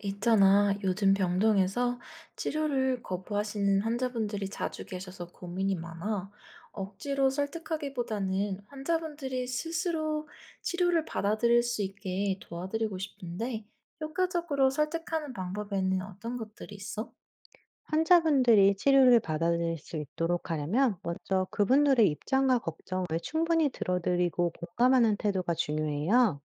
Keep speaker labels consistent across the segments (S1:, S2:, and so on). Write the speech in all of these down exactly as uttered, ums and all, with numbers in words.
S1: 있잖아, 요즘 병동에서 치료를 거부하시는 환자분들이 자주 계셔서 고민이 많아. 억지로 설득하기보다는 환자분들이 스스로 치료를 받아들일 수 있게 도와드리고 싶은데, 효과적으로 설득하는 방법에는 어떤 것들이 있어?
S2: 환자분들이 치료를 받아들일 수 있도록 하려면 먼저 그분들의 입장과 걱정을 충분히 들어드리고 공감하는 태도가 중요해요.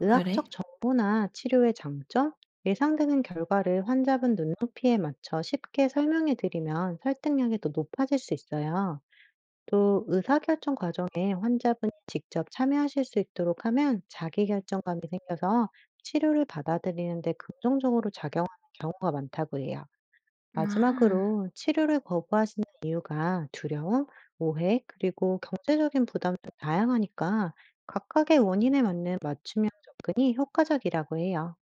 S2: 의학적
S1: 그래?
S2: 정보나 치료의 장점, 예상되는 결과를 환자분 눈높이에 맞춰 쉽게 설명해 드리면 설득력이 더 높아질 수 있어요. 또 의사결정 과정에 환자분이 직접 참여하실 수 있도록 하면 자기결정감이 생겨서 치료를 받아들이는데 긍정적으로 작용하는 경우가 많다고 해요.
S1: 아.
S2: 마지막으로 치료를 거부하시는 이유가 두려움, 오해, 그리고 경제적인 부담도 다양하니까 각각의 원인에 맞는 맞춤형 접근이 효과적이라고 해요.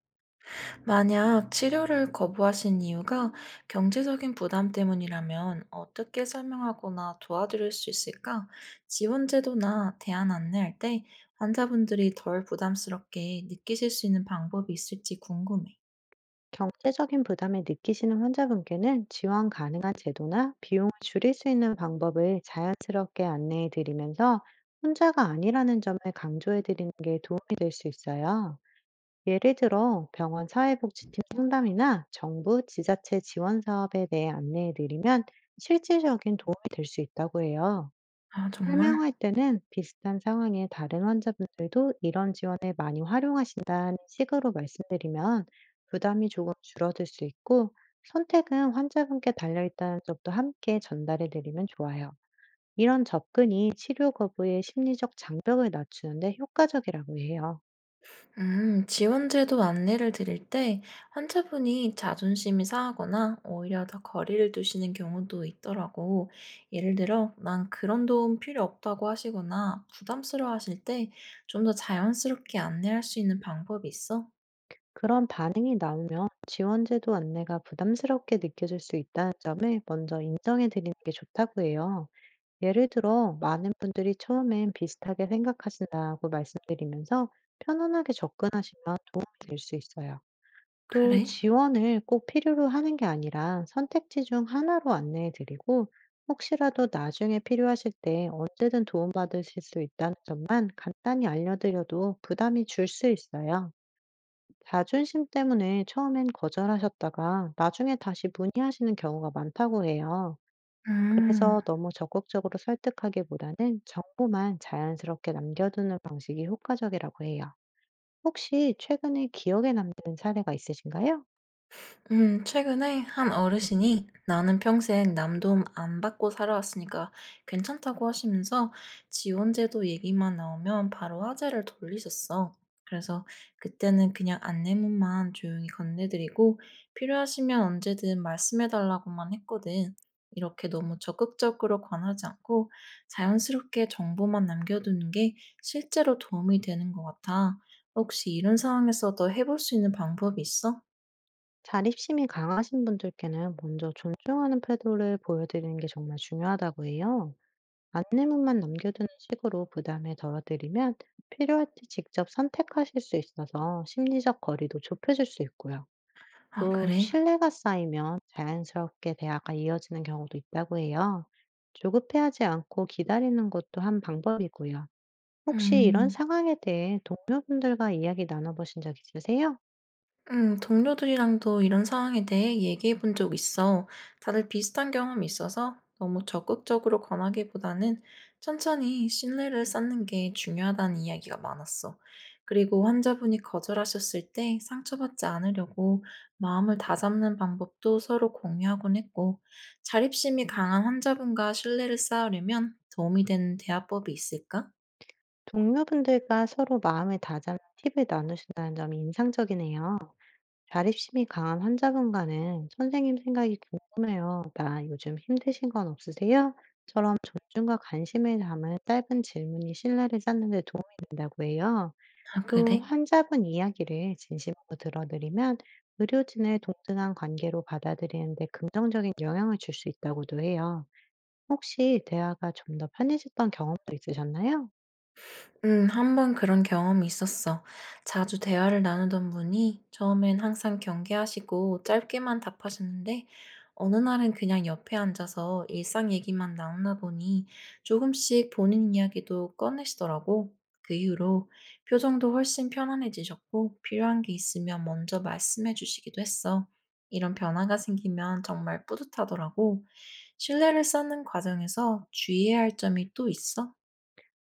S1: 만약 치료를 거부하신 이유가 경제적인 부담 때문이라면 어떻게 설명하거나 도와드릴 수 있을까? 지원제도나 대안 안내할 때 환자분들이 덜 부담스럽게 느끼실 수 있는 방법이 있을지 궁금해.
S2: 경제적인 부담을 느끼시는 환자분께는 지원 가능한 제도나 비용을 줄일 수 있는 방법을 자연스럽게 안내해 드리면서 혼자가 아니라는 점을 강조해 드리는 게 도움이 될 수 있어요. 예를 들어 병원 사회복지팀 상담이나 정부, 지자체 지원 사업에 대해 안내해 드리면 실질적인 도움이 될 수 있다고 해요.
S1: 아, 정말?
S2: 설명할 때는 비슷한 상황의 다른 환자분들도 이런 지원을 많이 활용하신다는 식으로 말씀드리면 부담이 조금 줄어들 수 있고, 선택은 환자분께 달려있다는 점도 함께 전달해 드리면 좋아요. 이런 접근이 치료 거부의 심리적 장벽을 낮추는데 효과적이라고 해요.
S1: 음, 지원제도 안내를 드릴 때 환자분이 자존심이 상하거나 오히려 더 거리를 두시는 경우도 있더라고. 예를 들어, 난 그런 도움 필요 없다고 하시거나 부담스러워 하실 때 좀 더 자연스럽게 안내할 수 있는 방법이 있어?
S2: 그런 반응이 나오면 지원제도 안내가 부담스럽게 느껴질 수 있다는 점을 먼저 인정해 드리는 게 좋다고 해요. 예를 들어, 많은 분들이 처음엔 비슷하게 생각하신다고 말씀드리면서 편안하게 접근하시면 도움이 될 수 있어요. 또
S1: 그래?
S2: 지원을 꼭 필요로 하는 게 아니라 선택지 중 하나로 안내해 드리고, 혹시라도 나중에 필요하실 때 언제든 도움받으실 수 있다는 점만 간단히 알려드려도 부담이 줄 수 있어요. 자존심 때문에 처음엔 거절하셨다가 나중에 다시 문의하시는 경우가 많다고 해요.
S1: 음.
S2: 그래서 너무 적극적으로 설득하기보다는 정보만 자연스럽게 남겨두는 방식이 효과적이라고 해요. 혹시 최근에 기억에 남는 사례가 있으신가요?
S1: 음, 최근에 한 어르신이 나는 평생 남도움 안 받고 살아왔으니까 괜찮다고 하시면서 지원제도 얘기만 나오면 바로 화제를 돌리셨어. 그래서 그때는 그냥 안내문만 조용히 건네드리고 필요하시면 언제든 말씀해달라고만 했거든. 이렇게 너무 적극적으로 권하지 않고 자연스럽게 정보만 남겨두는 게 실제로 도움이 되는 것 같아. 혹시 이런 상황에서 더 해볼 수 있는 방법이 있어?
S2: 자립심이 강하신 분들께는 먼저 존중하는 태도를 보여드리는 게 정말 중요하다고 해요. 안내문만 남겨두는 식으로 부담을 덜어드리면 필요할 때 직접 선택하실 수 있어서 심리적 거리도 좁혀질 수 있고요.
S1: 아,
S2: 또
S1: 그래?
S2: 신뢰가 쌓이면 자연스럽게 대화가 이어지는 경우도 있다고 해요. 조급해하지 않고 기다리는 것도 한 방법이고요. 혹시 이런
S1: 음,
S2: 상황에 대해 동료분들과 이야기 나눠보신 적 있으세요?
S1: 음, 동료들이랑도 이런 상황에 대해 얘기해 본 적 있어. 다들 비슷한 경험이 있어서 너무 적극적으로 권하기보다는 천천히 신뢰를 쌓는 게 중요하다는 이야기가 많았어. 그리고 환자분이 거절하셨을 때 상처받지 않으려고 마음을 다잡는 방법도 서로 공유하곤 했고, 자립심이 강한 환자분과 신뢰를 쌓으려면 도움이 되는 대화법이 있을까?
S2: 동료분들과 서로 마음을 다잡는 팁을 나누신다는 점이 인상적이네요. 자립심이 강한 환자분과는 "선생님 생각이 궁금해요. 나 요즘 힘드신 건 없으세요?" 처럼 존중과 관심을 담은 짧은 질문이 신뢰를 쌓는 데 도움이 된다고 해요.
S1: 아,
S2: 또
S1: 그래?
S2: 환자분 이야기를 진심으로 들어드리면 의료진을 동등한 관계로 받아들이는데 긍정적인 영향을 줄 수 있다고도 해요. 혹시 대화가 좀 더 편해졌던 경험도 있으셨나요?
S1: 음, 한 번 그런 경험이 있었어. 자주 대화를 나누던 분이 처음엔 항상 경계하시고 짧게만 답하셨는데, 어느 날은 그냥 옆에 앉아서 일상 얘기만 나누나 보니 조금씩 본인 이야기도 꺼내시더라고. 그 이후로 표정도 훨씬 편안해지셨고, 필요한 게 있으면 먼저 말씀해 주시기도 했어. 이런 변화가 생기면 정말 뿌듯하더라고. 신뢰를 쌓는 과정에서 주의해야 할 점이 또 있어?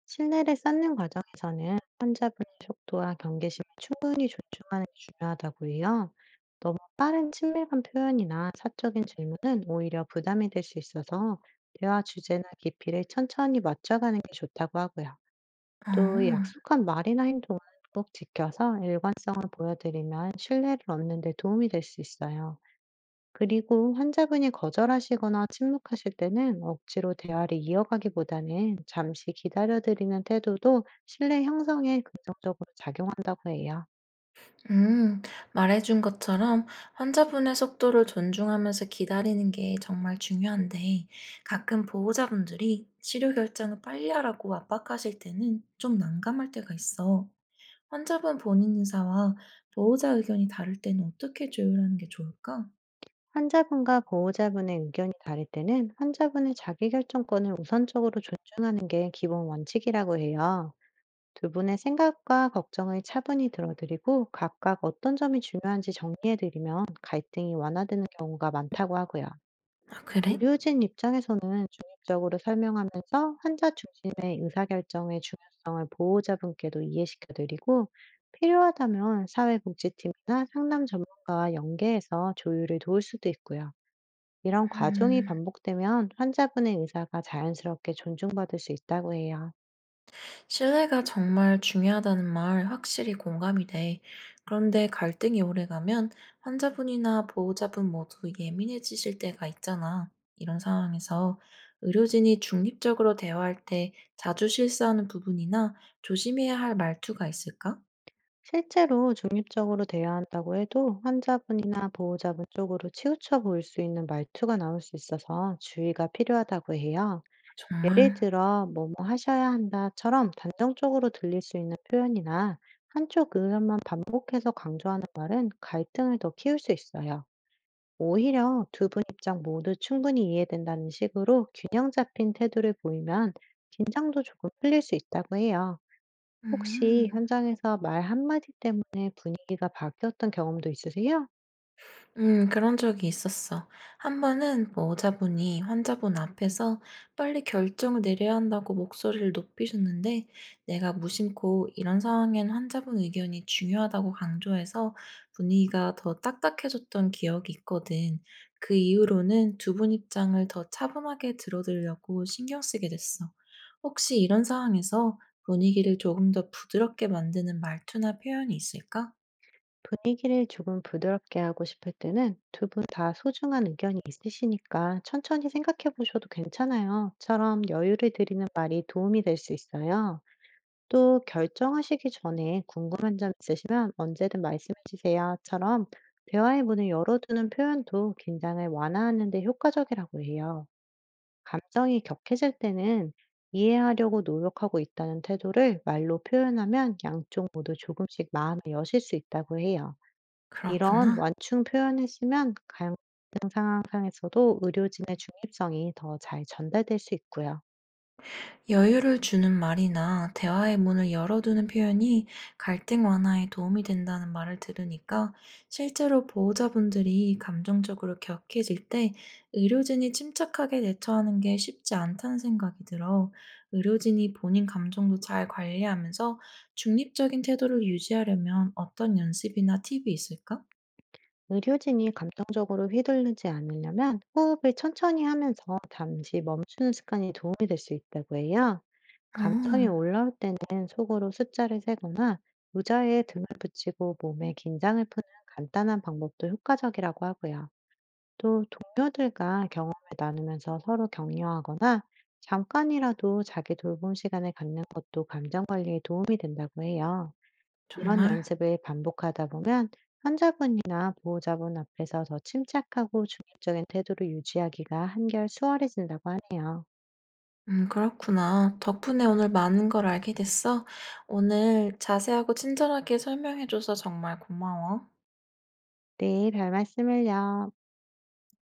S2: 신뢰를 쌓는 과정에서는 환자분의 속도와 경계심을 충분히 존중하는 게 중요하다고 해요. 너무 빠른 친밀감 표현이나 사적인 질문은 오히려 부담이 될 수 있어서 대화 주제나 깊이를 천천히 맞춰가는 게 좋다고 하고요. 또
S1: 어.
S2: 약속한 말이나 행동은 꼭 지켜서 일관성을 보여드리면 신뢰를 얻는 데 도움이 될 수 있어요. 그리고 환자분이 거절하시거나 침묵하실 때는 억지로 대화를 이어가기보다는 잠시 기다려드리는 태도도 신뢰 형성에 긍정적으로 작용한다고 해요.
S1: 음, 말해준 것처럼 환자분의 속도를 존중하면서 기다리는 게 정말 중요한데, 가끔 보호자분들이 치료 결정을 빨리 하라고 압박하실 때는 좀 난감할 때가 있어. 환자분 본인 의사와 보호자 의견이 다를 때는 어떻게 조율하는 게 좋을까?
S2: 환자분과 보호자분의 의견이 다를 때는 환자분의 자기결정권을 우선적으로 존중하는 게 기본 원칙이라고 해요. 두 분의 생각과 걱정을 차분히 들어드리고 각각 어떤 점이 중요한지 정리해드리면 갈등이 완화되는 경우가 많다고 하고요.
S1: 아, 그래?
S2: 의료진 입장에서는 중립적으로 설명하면서 환자 중심의 의사결정의 중요성을 보호자분께도 이해시켜드리고, 필요하다면 사회복지팀이나 상담 전문가와 연계해서 조율을 도울 수도 있고요. 이런 과정이
S1: 음.
S2: 반복되면 환자분의 의사가 자연스럽게 존중받을 수 있다고 해요.
S1: 신뢰가 정말 중요하다는 말 확실히 공감이 돼. 그런데 갈등이 오래가면 환자분이나 보호자분 모두 예민해지실 때가 있잖아. 이런 상황에서 의료진이 중립적으로 대화할 때 자주 실수하는 부분이나 조심해야 할 말투가 있을까?
S2: 실제로 중립적으로 대화한다고 해도 환자분이나 보호자분 쪽으로 치우쳐 보일 수 있는 말투가 나올 수 있어서 주의가 필요하다고 해요. 예를
S1: 정말.
S2: 들어, 뭐뭐 하셔야 한다처럼 단정적으로 들릴 수 있는 표현이나 한쪽 의견만 반복해서 강조하는 말은 갈등을 더 키울 수 있어요. 오히려 두 분 입장 모두 충분히 이해된다는 식으로 균형 잡힌 태도를 보이면 긴장도 조금 풀릴 수 있다고 해요. 혹시
S1: 음.
S2: 현장에서 말 한마디 때문에 분위기가 바뀌었던 경험도 있으세요?
S1: 음 그런 적이 있었어. 한 번은 뭐 의사분이 환자분 앞에서 빨리 결정을 내려야 한다고 목소리를 높이셨는데 내가 무심코 "이런 상황엔 환자분 의견이 중요하다."고 강조해서 분위기가 더 딱딱해졌던 기억이 있거든. 그 이후로는 두 분 입장을 더 차분하게 들어드리려고 신경 쓰게 됐어. 혹시 이런 상황에서 분위기를 조금 더 부드럽게 만드는 말투나 표현이 있을까?
S2: 분위기를 조금 부드럽게 하고 싶을 때는 "두 분 다 소중한 의견이 있으시니까 천천히 생각해 보셔도 괜찮아요." 처럼 여유를 드리는 말이 도움이 될 수 있어요. 또 "결정하시기 전에 궁금한 점 있으시면 언제든 말씀해 주세요." 처럼 대화의 문을 열어두는 표현도 긴장을 완화하는 데 효과적이라고 해요. 감정이 격해질 때는 이해하려고 노력하고 있다는 태도를 말로 표현하면 양쪽 모두 조금씩 마음을 여실 수 있다고 해요. 이런
S1: 그렇구나.
S2: 완충 표현을 쓰면 가능한 상황상에서도 의료진의 중립성이 더 잘 전달될 수 있고요.
S1: 여유를 주는 말이나 대화의 문을 열어두는 표현이 갈등 완화에 도움이 된다는 말을 들으니까 실제로 보호자분들이 감정적으로 격해질 때 의료진이 침착하게 대처하는 게 쉽지 않다는 생각이 들어 의료진이 본인 감정도 잘 관리하면서 중립적인 태도를 유지하려면 어떤 연습이나 팁이 있을까?
S2: 의료진이 감정적으로 휘둘르지 않으려면 호흡을 천천히 하면서 잠시 멈추는 습관이 도움이 될 수 있다고 해요. 감정이
S1: 음,
S2: 올라올 때는 속으로 숫자를 세거나 의자에 등을 붙이고 몸의 긴장을 푸는 간단한 방법도 효과적이라고 하고요. 또 동료들과 경험을 나누면서 서로 격려하거나 잠깐이라도 자기 돌봄 시간을 갖는 것도 감정 관리에 도움이 된다고 해요. 이런
S1: 정말.
S2: 연습을 반복하다 보면 환자분이나 보호자분 앞에서 더 침착하고 중립적인 태도를 유지하기가 한결 수월해진다고 하네요.
S1: 음 그렇구나. 덕분에 오늘 많은 걸 알게 됐어. 오늘 자세하고 친절하게 설명해 줘서 정말 고마워.
S2: 네, 별 말씀을요.